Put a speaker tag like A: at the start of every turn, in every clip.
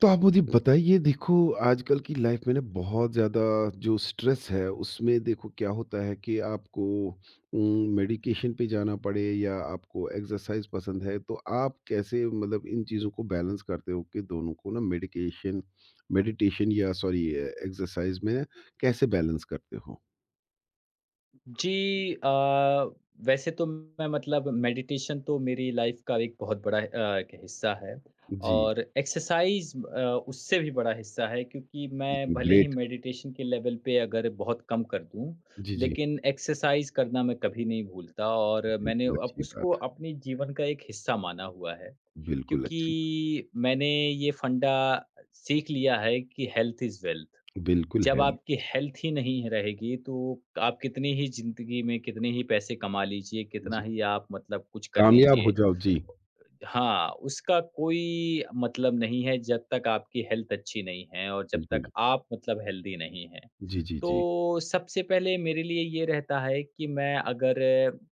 A: तो आप मुझे बताइए देखो, आजकल की लाइफ में ना बहुत ज़्यादा जो स्ट्रेस है उसमें देखो क्या होता है कि आपको मेडिकेशन पे जाना पड़े या आपको एक्सरसाइज पसंद है, तो आप कैसे मतलब इन चीज़ों को बैलेंस करते हो कि दोनों को ना मेडिकेशन मेडिटेशन या सॉरी एक्सरसाइज में ना कैसे बैलेंस करते हो?
B: जी। वैसे तो मैं मतलब मेडिटेशन तो मेरी लाइफ का एक बहुत बड़ा एक हिस्सा है
A: जी,
B: और एक्सरसाइज उससे भी बड़ा हिस्सा है, क्योंकि मैं
A: बिल्कुल
B: भले ही
A: ग्रेट।
B: मेडिटेशन के लेवल पे अगर बहुत कम कर दूं,
A: जी, जी,
B: लेकिन एक्सरसाइज करना मैं कभी नहीं भूलता और मैंने
A: बिल्कुल
B: अब
A: अच्छी
B: उसको
A: बात
B: अपने जीवन का एक हिस्सा माना हुआ है।
A: है। बिल्कुल अच्छी
B: क्योंकि मैंने ये फंडा सीख लिया है कि हेल्थ इज़ वेल्थ।
A: बिल्कुल
B: जब
A: है।
B: आपकी हेल्थ ही नहीं रहेगी, तो आप कितनी ही ज़िंदगी में कितने ही पैसे कमा लीजिए, कितना
A: जी,
B: ही आप मतलब कुछ कर
A: कामयाब हो
B: लीजिए।
A: जाओ। जी,
B: हाँ, उसका कोई मतलब नहीं है जब तक आपकी हेल्थ अच्छी नहीं है और जब तक
A: बिल्कुल।
B: आप मतलब हेल्दी नहीं हैं।
A: जी, जी, जी।
B: तो सबसे पहले मेरे लिए ये रहता है कि मैं अगर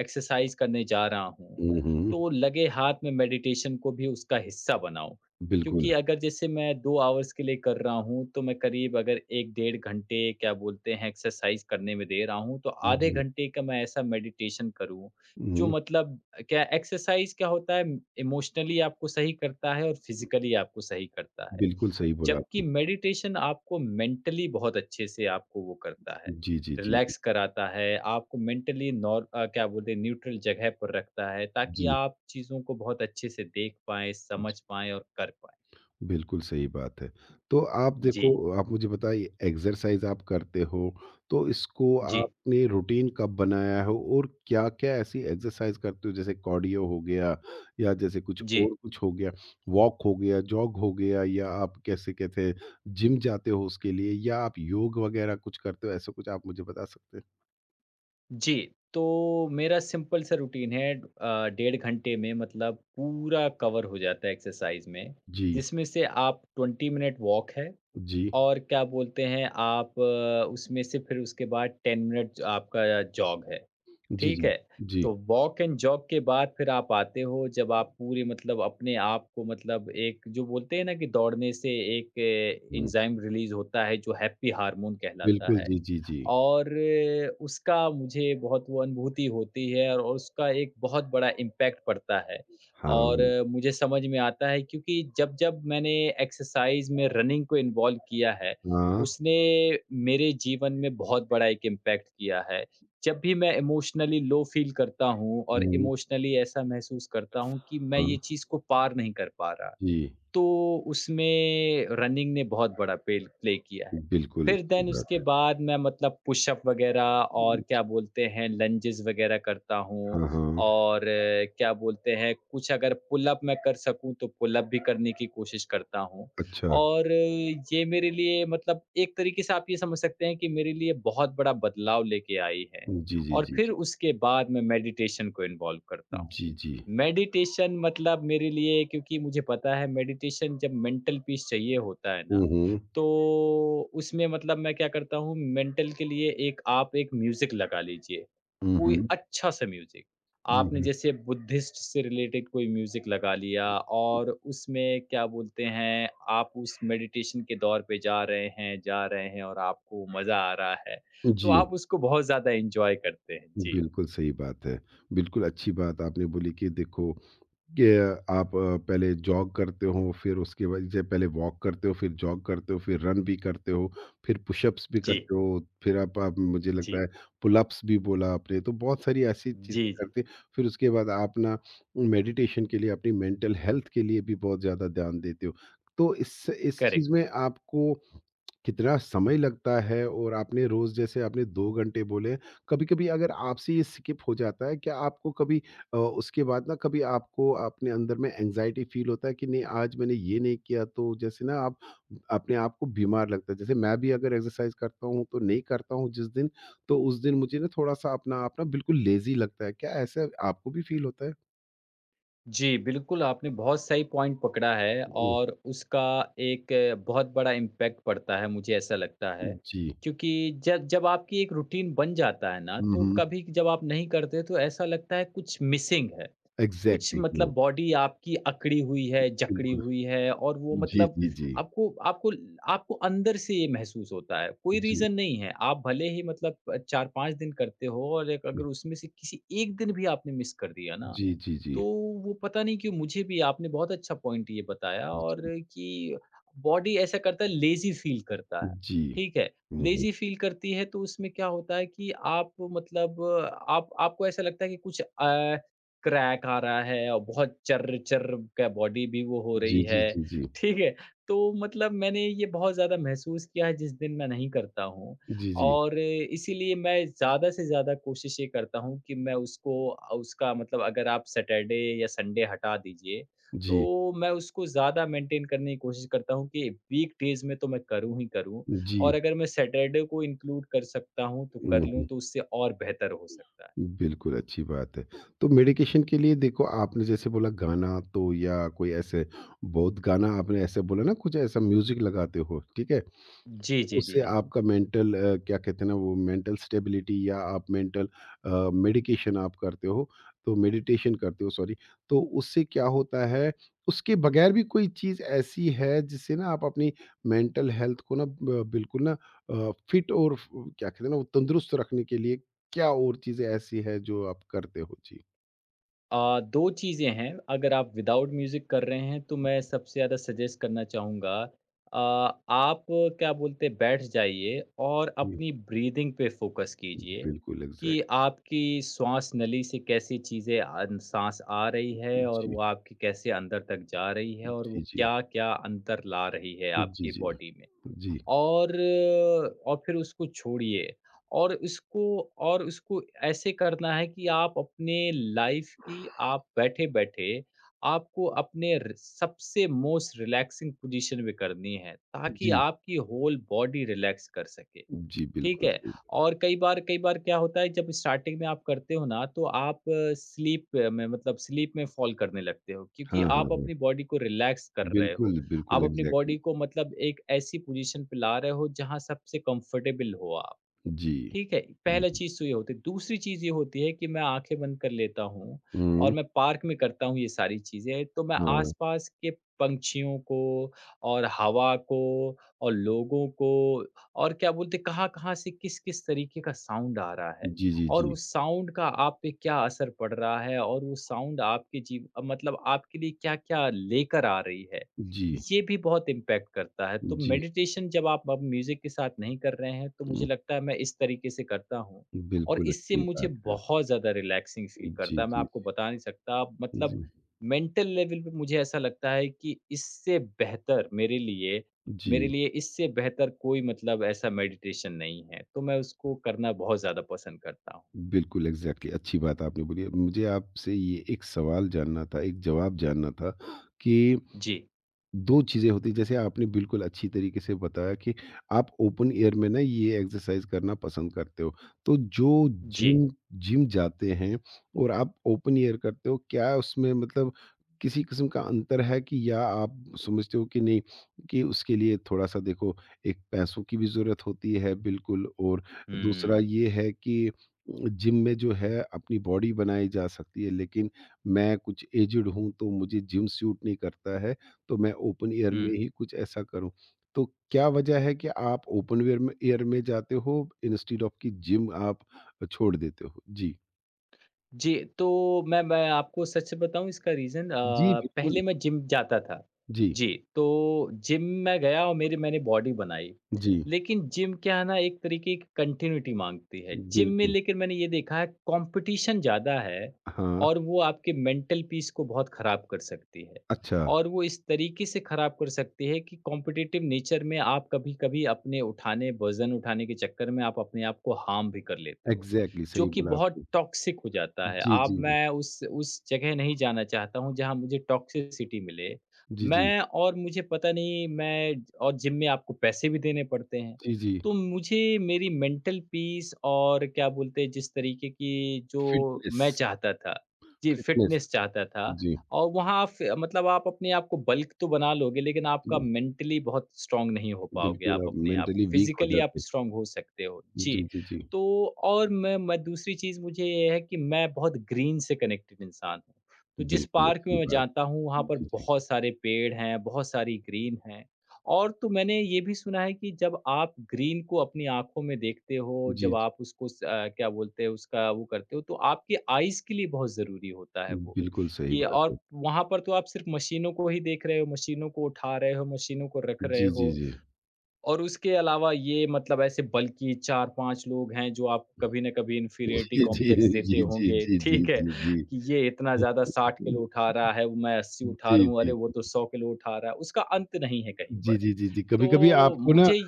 B: एक्सरसाइज करने जा रहा हूँ,
A: हुँ, हुँ।
B: तो लगे हाथ में मेडिटेशन को भी उसका हिस्सा बनाऊँ। क्योंकि
A: बिल्कुल।
B: अगर जैसे मैं 2 आवर्स के लिए कर रहा हूँ, तो मैं करीब अगर 1 डेढ़ घंटे क्या बोलते हैं एक्सरसाइज करने में दे रहा हूँ, तो आधे
A: जी।
B: घंटे का मैं ऐसा मेडिटेशन करूँ, जो
A: हुँ,
B: मतलब क्या एक्सरसाइज क्या होता है, इमोशनली आपको सही करता है और फिज़िकली आपको सही करता है।
A: बिल्कुल सही बोला
B: जबकि
A: आपने।
B: मेडिटेशन आपको मेंटली बहुत अच्छे से आपको वो करता है,
A: जी, जी, जी, जी।
B: रिलैक्स कराता है, आपको मेंटली क्या बोलते हैं न्यूट्रल जगह पर रखता है, ताकि
A: जी,
B: आप चीज़ों को बहुत अच्छे से देख पाएँ,
A: जी।
B: समझ पाएँ और कर पाएँ।
A: बिल्कुल सही बात है। तो आप देखो,
B: जी,
A: आप मुझे बताइए एक्सरसाइज़ आप करते हो, तो इसको
B: जी,
A: आपने रूटीन कब बनाया हो और क्या-क्या ऐसी एक्सरसाइज़ करते हो? जैसे कार्डियो हो गया या जैसे कुछ
B: जी,
A: और कुछ हो गया, वॉक हो गया, जॉग हो गया, या आप कैसे कहते हैं जिम जाते हो उसके लिए, या आप योग वगैरह कुछ करते हो? ऐसा कुछ आप मुझे बता सकते हैं?
B: जी। तो मेरा सिंपल सा रूटीन है, डेढ़ घंटे में मतलब पूरा कवर हो जाता है एक्सरसाइज़ में,
A: जी,
B: जिसमें से आप 20 मिनट वॉक है
A: जी।
B: और क्या बोलते हैं आप उसमें से फिर उसके बाद 10 मिनट आपका जॉग है,
A: जी,
B: ठीक
A: जी।
B: है?
A: जी।
B: तो वॉक एंड जॉग के बाद फिर आप आते हो, जब आप पूरे मतलब अपने आप को मतलब एक जो बोलते हैं ना कि दौड़ने से एक
A: हुँ,
B: एंजाइम रिलीज़ होता है जो हैप्पी हार्मोन कहलाता
A: बिल्कुल,
B: है।
A: जी, जी, जी।
B: और उसका मुझे बहुत वो अनुभूति होती है और उसका एक बहुत बड़ा इम्पैक्ट पड़ता है। और
A: हाँ,
B: मुझे समझ में आता है, क्योंकि जब-जब मैंने एक्सरसाइज़ में रनिंग को इन्वॉल्व किया है,
A: हाँ,
B: उसने मेरे जीवन में बहुत बड़ा एक इम्पैक्ट किया है। जब भी मैं इमोशनली लो फ़ील करता हूँ और
A: हुँ,
B: इमोशनली ऐसा महसूस करता हूँ कि मैं
A: हाँ,
B: ये चीज़ को पार नहीं कर पा रहा,
A: जी,
B: तो उसमें रनिंग ने बहुत बड़ा पेल प्ले किया है।
A: बिल्कुल
B: फिर
A: अच्छी
B: देन
A: बात
B: उसके
A: है।
B: बाद मैं मतलब पुशअप वगैरह और क्या बोलते हैं लंजेस वगैरह करता हूँ
A: हाँ, हाँ,
B: और क्या बोलते हैं कुछ अगर पुल अप मैं कर सकूँ तो पुल अप भी करने की कोशिश करता हूँ।
A: अच्छा।
B: और ये मेरे लिए मतलब एक तरीके से आप ये समझ सकते हैं कि मेरे लिए बहुत बड़ा बदलाव लेके आई है।
A: जी, जी,
B: और
A: जी,
B: फिर
A: जी।
B: उसके बाद मैं मेडिटेशन को इन्वॉल्व करता हूँ।
A: जी, जी।
B: मेडिटेशन मतलब मेरे लिए, क्योंकि मुझे पता है मेडिटेशन जब मेंटल पीस चाहिए होता है ना,
A: हुँ, हुँ।
B: तो उसमें मतलब मैं क्या करता हूँ, मेंटल के लिए एक आप एक म्यूज़िक लगा लीजिए,
A: हुँ,
B: कोई
A: हुँ।
B: अच्छा-सा म्यूज़िक।
A: हुँ,
B: आपने
A: हुँ।
B: जैसे बुद्धिस्ट से रिलेटेड कोई म्यूज़िक लगा लिया और उसमें क्या बोलते हैं, आप उस मेडिटेशन के दौर पे जा रहे हैं और आपको मज़ा आ रहा है, तो
A: जी,
B: आप उसको बहुत ज़्यादा एन्जॉय करते हैं। जी,
A: बिल्कुल सही बात है। बिल्कुल अच्छी बात आपने बोली कि देखो कि आप पहले जॉग करते हो, फिर उसके बाद जब पहले वॉक करते हो, फिर जॉग करते हो, फिर रन भी करते हो, फिर पुशअप्स भी
B: जी,
A: करते हो, फिर आप मुझे लगता
B: जी,
A: है पुलअप्स भी बोला आपने, तो बहुत सारी ऐसी चीज़ें
B: जी, जी।
A: करते। फिर उसके बाद आप ना मेडिटेशन के लिए, अपनी मेंटल हेल्थ के लिए भी बहुत ज़्यादा ध्यान देते हो। तो इस चीज़
B: करेक्ट।
A: में आपको कितना समय लगता है? और आपने रोज़ जैसे आपने 2 घंटे बोले, कभी-कभी अगर आपसे ये स्किप हो जाता है, क्या आपको कभी उसके बाद ना कभी आपको अपने अंदर में एंग्जायटी फील होता है कि नहीं आज मैंने ये नहीं किया, तो जैसे ना आप अपने आप को बीमार लगता है? जैसे मैं भी अगर एक्सरसाइज करता हूँ तो नहीं करता हूँ जिस दिन, तो उस दिन मुझे ना थोड़ा सा अपना आप ना बिल्कुल लेजी लगता है। क्या ऐसा आपको भी फील होता है?
B: जी, बिल्कुल आपने बहुत सही पॉइंट पकड़ा है
A: ओ,
B: और उसका एक बहुत बड़ा इम्पैक्ट पड़ता है, मुझे ऐसा लगता है।
A: जी।
B: क्योंकि जब जब आपकी एक रूटीन बन जाता है ना, तो
A: हम्म,
B: कभी जब आप नहीं करते तो ऐसा लगता है कुछ मिसिंग है। कुछ
A: एग्जैक्टली।
B: मतलब बॉडी आपकी अकड़ी हुई है, जकड़ी
A: बिल्कुल।
B: हुई है और वो
A: जी,
B: मतलब
A: जी, जी,
B: आपको आपको आपको अंदर से ये महसूस होता है। कोई
A: जी,
B: रीज़न नहीं है, आप भले ही मतलब 4-5 दिन करते हो और एक
A: जी,
B: अगर उसमें से किसी 1 दिन भी आपने मिस कर दिया ना,
A: जी, जी,
B: तो वो पता नहीं क्यों मुझे भी आपने बहुत अच्छा पॉइंट ये बताया। और
A: जी,
B: कि बॉडी ऐसा करता है लेज़ी फ़ील करता है,
A: जी।
B: ठीक है।
A: हम्म,
B: लेज़ी फ़ील करती है, तो उसमें क्या होता है कि आप मतलब आप आपको ऐसा लगता है कि कुछ क्रैक आ रहा है और बहुत चर्र-चर्र का बॉडी भी वो हो
A: जी,
B: रही
A: जी,
B: है,
A: जी, जी,
B: ठीक है। तो मतलब मैंने ये बहुत ज़्यादा महसूस किया है जिस दिन मैं नहीं करता हूँ।
A: जी, जी,
B: और इसीलिए मैं ज़्यादा से ज़्यादा कोशिश ये करता हूँ कि मैं उसका मतलब अगर आप सैटरडे या संडे हटा दीजिए,
A: जी,
B: तो मैं उसको ज़्यादा मेंटेन करने की कोशिश करता हूँ कि वीकडेज़ में तो मैं करूँ ही करूँ,
A: जी।
B: और अगर मैं सैटरडे को इंक्लूड कर सकता हूँ, तो कर लूँ,
A: हम्म,
B: तो उससे और बेहतर हो सकता है।
A: बिल्कुल, अच्छी बात है। तो मेडिकेशन के लिए देखो आपने जैसे बोला गाना तो, या कोई ऐसे बहुत गाना आपने ऐसे बोला ना, कुछ ऐसा म्यूज़िक लगाते हो, ठीक है?
B: जी, जी, जी,
A: उससे
B: जी।
A: आपका मेंटल क्या कहते हैं ना वो मेंटल स्टेबिलिटी, या आप मेंटल मेडिकेशन आप करते हो, तो मेडिटेशन करते हो सॉरी, तो उससे क्या होता है? उसके बगैर भी कोई चीज़ ऐसी है जिससे ना आप अपनी मेंटल हेल्थ को ना ब बिल्कुल ना फिट और फ क्या कहते हैं ना वो तंदुरुस्त रखने के लिए क्या और चीज़ें ऐसी हैं जो आप करते हो? जी।
B: 2 चीज़ें हैं, अगर आप विदाउट म्यूज़िक कर रहे हैं तो मैं सबसे ज़्यादा सजेस्ट करना चाहूँगा अ, आप क्या बोलते हैं बैठ जाइए और
A: जी,
B: अपनी ब्रीदिंग पे फ़ोकस कीजिए
A: बिल्कुल
B: कि
A: एग्ज़ैक्ट।
B: आपकी श्वास नली से कैसी चीज़ें अन साँस आ रही है और
A: जी,
B: वो आपकी कैसे अंदर तक जा रही है और वो
A: जी, जी।
B: क्या-क्या अंतर ला रही है
A: जी,
B: आपकी
A: जी।
B: बॉडी में।
A: जी,
B: और और फिर उसको छोड़िए और इसको, और उसको ऐसे करना है कि आप अपने लाइफ की आप बैठे-बैठे आपको अपने र सबसे मोस्ट रिलैक्सिंग पोज़ीशन में करनी है, ताकि
A: जी,
B: आपकी होल बॉडी रिलैक्स कर सके।
A: जी।
B: ठीक
A: बिल्कुल
B: है?
A: सही।
B: और कई बार क्या होता है, जब स्टार्टिंग में आप करते हो ना तो आप स्लीप में मतलब स्लीप में फ़ॉल करने लगते हो, क्योंकि
A: हाँ, हाँ,
B: आप
A: हाँ।
B: अपनी बॉडी को रिलैक्स कर रहे
A: बिल्कुल,
B: हो। आप
A: बिल्कुल
B: अपनी
A: एग्ज़ैक्टली।
B: बॉडी को मतलब एक ऐसी पोज़ीशन पे ला रहे हो जहाँ सबसे कंफर्टेबल हो आप।
A: जी।
B: ठीक है,
A: हुँ,
B: पहला चीज़ तो ये होती है। दूसरी चीज़ ये होती है कि मैं आँखें बंद कर लेता हूँ
A: हुँ,
B: और मैं पार्क में करता हूँ ये सारी चीज़ें, तो मैं
A: हाँ,
B: आस-पास के पंछियों को और हवा को और लोगों को और क्या बोलते हैं, कहाँ-कहाँ से किस-किस तरीके का साउंड आ रहा है
A: जी, जी,
B: और
A: जी।
B: उस साउंड का आप पे क्या असर पड़ रहा है और वो साउंड आपके जीव मतलब आपके लिए क्या-क्या लेकर आ रही है।
A: जी,
B: ये भी बहुत इम्पैक्ट करता है, तो
A: जी,
B: मेडिटेशन जब आप अब म्यूज़िक के साथ नहीं कर रहे हैं, तो मुझे
A: हुँ,
B: लगता है मैं इस तरीके से करता हूँ और
A: बिल्कुल
B: इससे
A: अच्छी
B: मुझे
A: बात है।
B: बहुत ज़्यादा रिलैक्सिंग फ़ील करता
A: जी,
B: है, मैं
A: जी,
B: आपको बता नहीं सकता। मतलब
A: जी,
B: मेंटल लेवल पे मुझे ऐसा लगता है कि इससे बेहतर मेरे लिए
A: जी,
B: इससे बेहतर कोई मतलब ऐसा मेडिटेशन नहीं है, तो मैं उसको करना बहुत ज़्यादा पसंद करता हूँ।
A: बिल्कुल एग्ज़ैक्टली अच्छी बात आपने बोली है। मुझे आपसे ये एक सवाल जानना था, एक जवाब जानना था कि
B: जी,
A: 2 चीज़ें होती हैं, जैसे आपने बिल्कुल अच्छी तरीके से बताया कि आप ओपन एयर में ना ये एक्सरसाइज़ करना पसंद करते हो। तो जो
B: जी।
A: जिम जिम जाते हैं और आप ओपन एयर करते हो, क्या उसमें मतलब किसी किस्म का अंतर है कि? या आप समझते हो कि नहीं, कि उसके लिए थोड़ा-सा देखो एक पैसों की भी ज़रूरत होती है बिल्कुल, और दूसरा
B: हुँ,
A: ये है कि जिम में जो है अपनी बॉडी बनाई जा सकती है, लेकिन मैं कुछ एज्ड हूँ, तो मुझे जिम सूट नहीं करता है। तो मैं ओपन एयर में
B: हुँ।
A: ही कुछ ऐसा करूँ। तो क्या वजह है कि आप ओपन वेयर में एयर में जाते हो इंस्टीड ऑफ कि जिम आप छोड़ देते हो? जी।
B: जी, तो मैं आपको सच बताऊँ इसका रीज़न,
A: जी, बिल्कुल।
B: पहले मैं जिम जाता था।
A: जी,
B: जी, तो जिम मैं गया और मेरी मैंने बॉडी बनाई।
A: जी,
B: लेकिन जिम क्या है ना, एक तरीके की कंटिन्यूटी माँगती है। जिम में
A: बिल्कुल।
B: लेकिन मैंने ये देखा है कॉम्पिटिशन ज़्यादा है
A: हाँ,
B: और वो आपके मेंटल पीस को बहुत ख़राब कर सकती है।
A: अच्छा,
B: और वो इस तरीके से ख़राब कर सकती है कि कॉम्पिटिटिव नेचर में आप कभी-कभी अपने उठाने वज़न उठाने के चक्कर में आप अपने आप को हार्म भी कर लेते हो।
A: एग्ज़ैक्टली
B: जो
A: सही
B: कि
A: बोला
B: बहुत
A: आपने।
B: टॉक्सिक हो जाता है।
A: जी,
B: अब
A: जी, जी।
B: मैं उस जगह नहीं जाना चाहता हूँ, जहाँ मुझे टॉक्सिसिटी मिले।
A: जी, जी।
B: मैं और मुझे पता नहीं मैं, और जिम में आपको पैसे भी देने पड़ते हैं।
A: जी, जी।
B: तो मुझे मेरी मेंटल पीस और क्या बोलते हैं जिस तरीके की जो
A: फ़िटनेस,
B: मैं चाहता था, जी
A: फ़िटनेस।
B: फिटनेस चाहता था,
A: जी,
B: और वहाँ फ मतलब आप अपने आप को बल्क तो बना लोगे, लेकिन आपका
A: जी।
B: मेंटली बहुत स्ट्रॉन्ग नहीं हो पाओगे
A: बिल्कुल,
B: आप
A: आप
B: अपने आप को।
A: मेंटली वीक हो
B: फिज़िकली आप
A: जाते हो।
B: स्ट्रॉन्ग हो सकते हो। जी।
A: जी, जी, जी।
B: तो और मैं दूसरी चीज़ मुझे ये है कि मैं बहुत ग्रीन से कनेक्टेड इंसान हूँ। तो जिस
A: बिल्कुल
B: पार्क
A: अच्छी
B: में मैं
A: बात।
B: जाता हूँ, वहाँ पर
A: जी, जी।
B: बहुत सारे पेड़ हैं, बहुत सारी ग्रीन है। और तो मैंने ये भी सुना है कि जब आप ग्रीन को अपनी आँखों में देखते हो,
A: जी,
B: जब
A: जी।
B: आप उसको क्या बोलते हैं, उसका वो करते हो, तो आपकी आइज़ के लिए बहुत ज़रूरी होता है वो।
A: बिल्कुल सही
B: कि
A: बात है।
B: और वहाँ पर तो आप सिर्फ़ मशीनों को ही देख रहे हो, मशीनों को उठा रहे हो, मशीनों को रख रहे
A: जी, जी,
B: हो।
A: जी।
B: और उसके अलावा ये मतलब ऐसे बल्कि 4-5 लोग हैं जो आपको कभी न कभी इन्फीरियरिटी
A: जी, जी,
B: कॉम्प्लेक्स
A: जी,
B: देते
A: जी,
B: होंगे,
A: जी, जी,
B: ठीक है?
A: जी, जी।
B: कि ये इतना ज़्यादा 60 किलो उठा रहा है, वो मैं 80 उठा
A: जी,
B: रहा हूँ,
A: जी,
B: अरे वो
A: जी।
B: तो 100 किलो उठा रहा है, उसका अंत नहीं है कहीं
A: जी,
B: पर।
A: जी, जी, जी। कभी-कभी
B: तो
A: आपको ना,
B: मुझे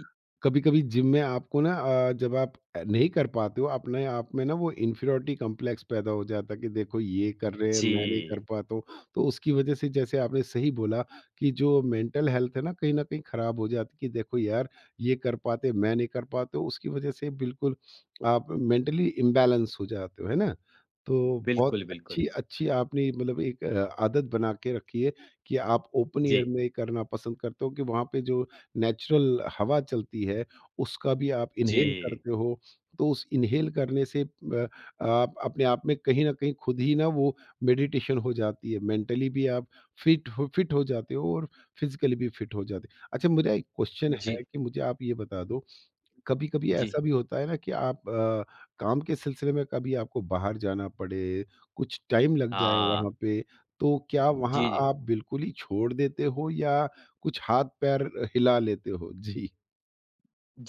A: कभी-कभी जिम में आपको ना जब आप नहीं कर पाते हो, अपने आप में ना वो इन्फीरियॉरिटी कॉम्प्लेक्स पैदा हो जाता है कि देखो ये कर रहे हैं, मैं नहीं कर
B: जी,
A: पाता हूँ। तो उसकी वजह से जैसे आपने सही बोला कि जो मेंटल हेल्थ है ना, कहीं न कहीं खराब हो जाती है कि देखो यार, ये कर पाते, मैं नहीं कर पाता हूँ। उसकी वजह से बिल्कुल आप मेंटली इम्बैलेंस हो जाते हो, है ना? तो बहुत
B: बिल्कुल, बिल्कुल।
A: अच्छी अच्छी आपने मतलब एक आदत बना के रखी है कि आप ओपन
B: जी,
A: एयर में करना पसंद करते हो कि वहाँ पे जो नेचुरल हवा चलती है, उसका भी आप
B: जी,
A: इन्हेल करते हो, तो उस इन्हेल करने से आप अपने आप में कहीं न कहीं खुद ही ना वो मेडिटेशन हो जाती है। मेंटली भी आप फिट हो जाते हो और फिज़िकली भी फिट हो जाते हो। अच्छा, मेरा एक क्वेश्चन है
B: जी,
A: कि मुझे आप ये बता दो, कभी-कभी
B: जी।
A: ऐसा भी होता है ना कि आप काम के सिलसिले में कभी आपको बाहर जाना पड़े, कुछ टाइम लग जाए
B: हाँ,
A: वहाँ पे, तो क्या वहाँ
B: जी, जी।
A: आप बिल्कुल ही छोड़ देते हो या कुछ हाथ-पैर हिला लेते हो? जी।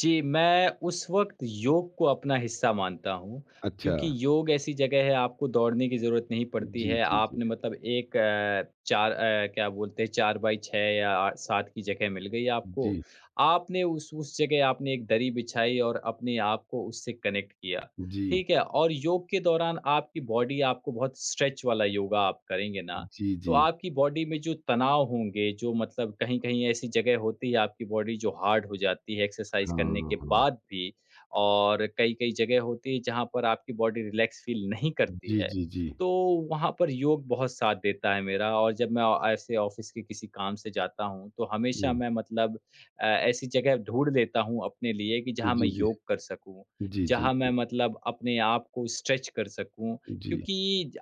B: जी, मैं उस वक़्त योग को अपना हिस्सा मानता हूँ,
A: अच्छा।
B: क्योंकि योग ऐसी जगह है आपको दौड़ने की ज़रूरत नहीं पड़ती
A: जी,
B: है।
A: जी, जी।
B: आपने मतलब 4 क्या बोलते हैं 4 बाई 6 या आ 7 की जगह मिल गई आपको।
A: जी,
B: आपने उस जगह आपने एक दरी बिछाई और अपने आप को उससे कनेक्ट किया,
A: जी,
B: ठीक है? और योग के दौरान आपकी बॉडी, आपको बहुत स्ट्रेच वाला योगा आप करेंगे ना,
A: जी,
B: तो
A: जी।
B: आपकी बॉडी में जो तनाव होंगे, जो मतलब कहीं-कहीं ऐसी जगह होती है आपकी बॉडी जो हार्ड हो जाती है एक्सरसाइज करने
A: हाँ,
B: के
A: हाँ।
B: बाद भी और कई-कई जगह होती है जहाँ पर आपकी बॉडी रिलैक्स फील नहीं करती
A: जी,
B: है।
A: जी, जी।
B: तो वहाँ पर योग बहुत साथ देता है मेरा और जब मैं ऐसे ऑफ़िस के किसी काम से जाता हूँ, तो हमेशा
A: हुँ।
B: मैं मतलब ऐसी जगह ढूँढ लेता हूँ अपने लिए कि जहाँ
A: जी,
B: मैं
A: जी।
B: योग कर सकूँ,
A: जी, जी,
B: जहाँ मैं
A: जी।
B: मतलब अपने आप को स्ट्रेच कर सकूँ,
A: जी,
B: क्योंकि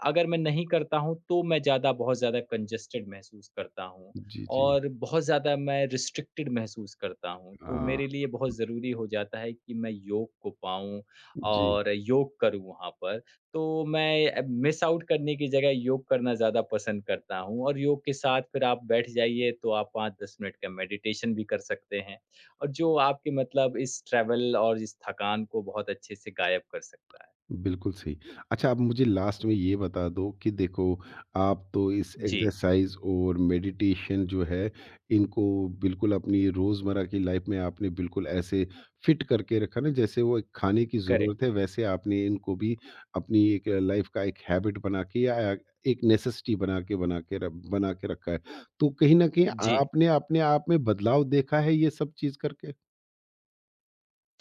B: अगर मैं नहीं करता हूँ तो मैं ज़्यादा बहुत ज़्यादा कंजस्टेड महसूस करता हूँ
A: जी, जी।
B: और बहुत ज़्यादा मैं रिस्ट्रिक्टेड महसूस करता हूँ। तो
A: हाँ,
B: मेरे लिए बहुत ज़रूरी हो जाता है कि मैं योग को पाऊँ
A: जी।
B: और योग करूँ वहाँ पर। तो मैं मिस आउट करने की जगह योग करना ज़्यादा पसंद करता हूँ, और योग के साथ फिर आप बैठ जाइए तो आप 5-10 मिनट का मेडिटेशन भी कर सकते हैं और जो आपके मतलब इस ट्रैवल और इस थकान को बहुत अच्छे से गायब कर सकता है।
A: बिल्कुल सही। अच्छा, आप मुझे लास्ट में ये बता दो कि देखो, आप तो इस
B: जी,
A: एक्सरसाइज़ और मेडिटेशन जो है, इनको बिल्कुल अपनी रोज़मर्रा की लाइफ़ में आपने बिल्कुल ऐसे फिट करके रखा ना, जैसे वो एक खाने की ज़रूरत
B: करेक्ट।
A: है वैसे आपने इनको भी अपनी एक लाइफ़ का एक हैबिट बना के या एक नेसेसिटी बना के रखा है। तो कहीं न कहीं
B: जी।
A: आपने अपने आप में बदलाव देखा है ये सब चीज़ करके?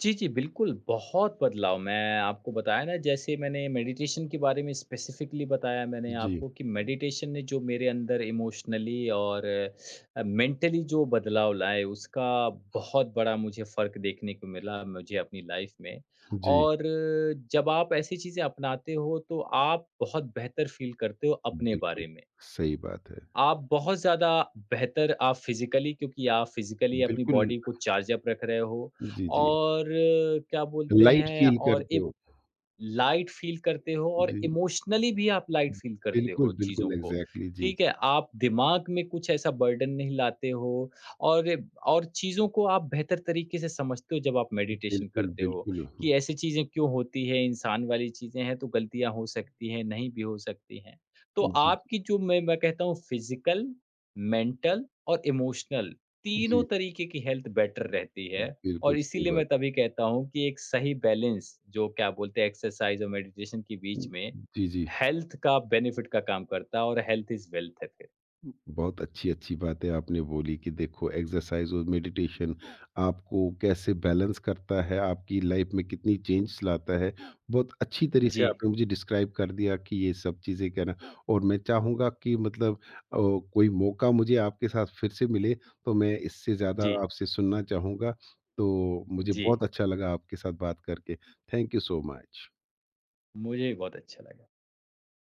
B: जी, जी, बिल्कुल, बहुत बदलाव। मैं आपको बताया ना जैसे मैंने मेडिटेशन के बारे में स्पेसिफ़िकली बताया मैंने
A: जी,
B: आपको, कि मेडिटेशन ने जो मेरे अंदर इमोशनली और मेंटली जो बदलाव लाए उसका बहुत बड़ा मुझे फ़र्क देखने को मिला मुझे अपनी लाइफ़ में।
A: जी।
B: और जब आप ऐसी चीज़ें अपनाते हो तो आप बहुत बेहतर फ़ील करते हो अपने
A: बिल्कुल,
B: बारे में।
A: सही बात है।
B: आप बहुत ज़्यादा बेहतर आप फिज़िकली, क्योंकि आप फिज़िकली अपनी
A: बिल्कुल,
B: बॉडी को चार्ज अप रख रहे हो
A: जी, जी।
B: और क्या बोलते
A: लाइट
B: हैं,
A: फ़ील
B: और
A: करते हो।
B: लाइट फ़ील करते हो और
A: जी।
B: इमोशनली भी आप लाइट फ़ील करते
A: बिल्कुल,
B: हो चीज़ों
A: बिल्कुल
B: को,
A: एग्ज़ैक्टली जी,
B: ठीक है?
A: जी।
B: आप दिमाग में कुछ ऐसा बर्डन नहीं लाते हो और और चीज़ों को आप बेहतर तरीके से समझते हो जब आप मेडिटेशन
A: बिल्कुल,
B: करते हो,
A: बिल्कुल।
B: कि ऐसी चीज़ें क्यों होती हैं, इंसान वाली चीज़ें हैं तो गलतियाँ हो सकती हैं, नहीं भी हो सकती हैं। तो
A: जी,
B: आपकी जो मैं कहता हूँ फ़िज़िकल, मेंटल और इमोशनल तीनों
A: जी।
B: तरीके की हेल्थ बेटर रहती है।
A: बिल्कुल
B: और
A: सही
B: इसीलिए
A: बात।
B: मैं तभी कहता हूँ कि एक सही बैलेंस, जो क्या बोलते हैं एक्सरसाइज़ और मेडिटेशन के बीच में,
A: जी, जी।
B: हेल्थ का बेनिफिट का काम करता है और हेल्थ इज़ वेल्थ है फिर।
A: बहुत अच्छी अच्छी बातें आपने बोली कि देखो एक्सरसाइज और मेडिटेशन आपको कैसे बैलेंस करता है, आपकी लाइफ में कितनी चेंज लाता है। बहुत अच्छी तरीके से
B: जी,
A: आपने मुझे डिस्क्राइब कर दिया कि ये सब चीज़ें कहना, और मैं चाहूँगा कि मतलब कोई मौका मुझे आपके साथ फिर से मिले, तो मैं इससे ज़्यादा
B: जी,
A: आपसे सुनना चाहूँगा। तो मुझे
B: जी।
A: बहुत अच्छा लगा आपके साथ बात करके। Thank you so much.
B: मुझे भी बहुत अच्छा लगा।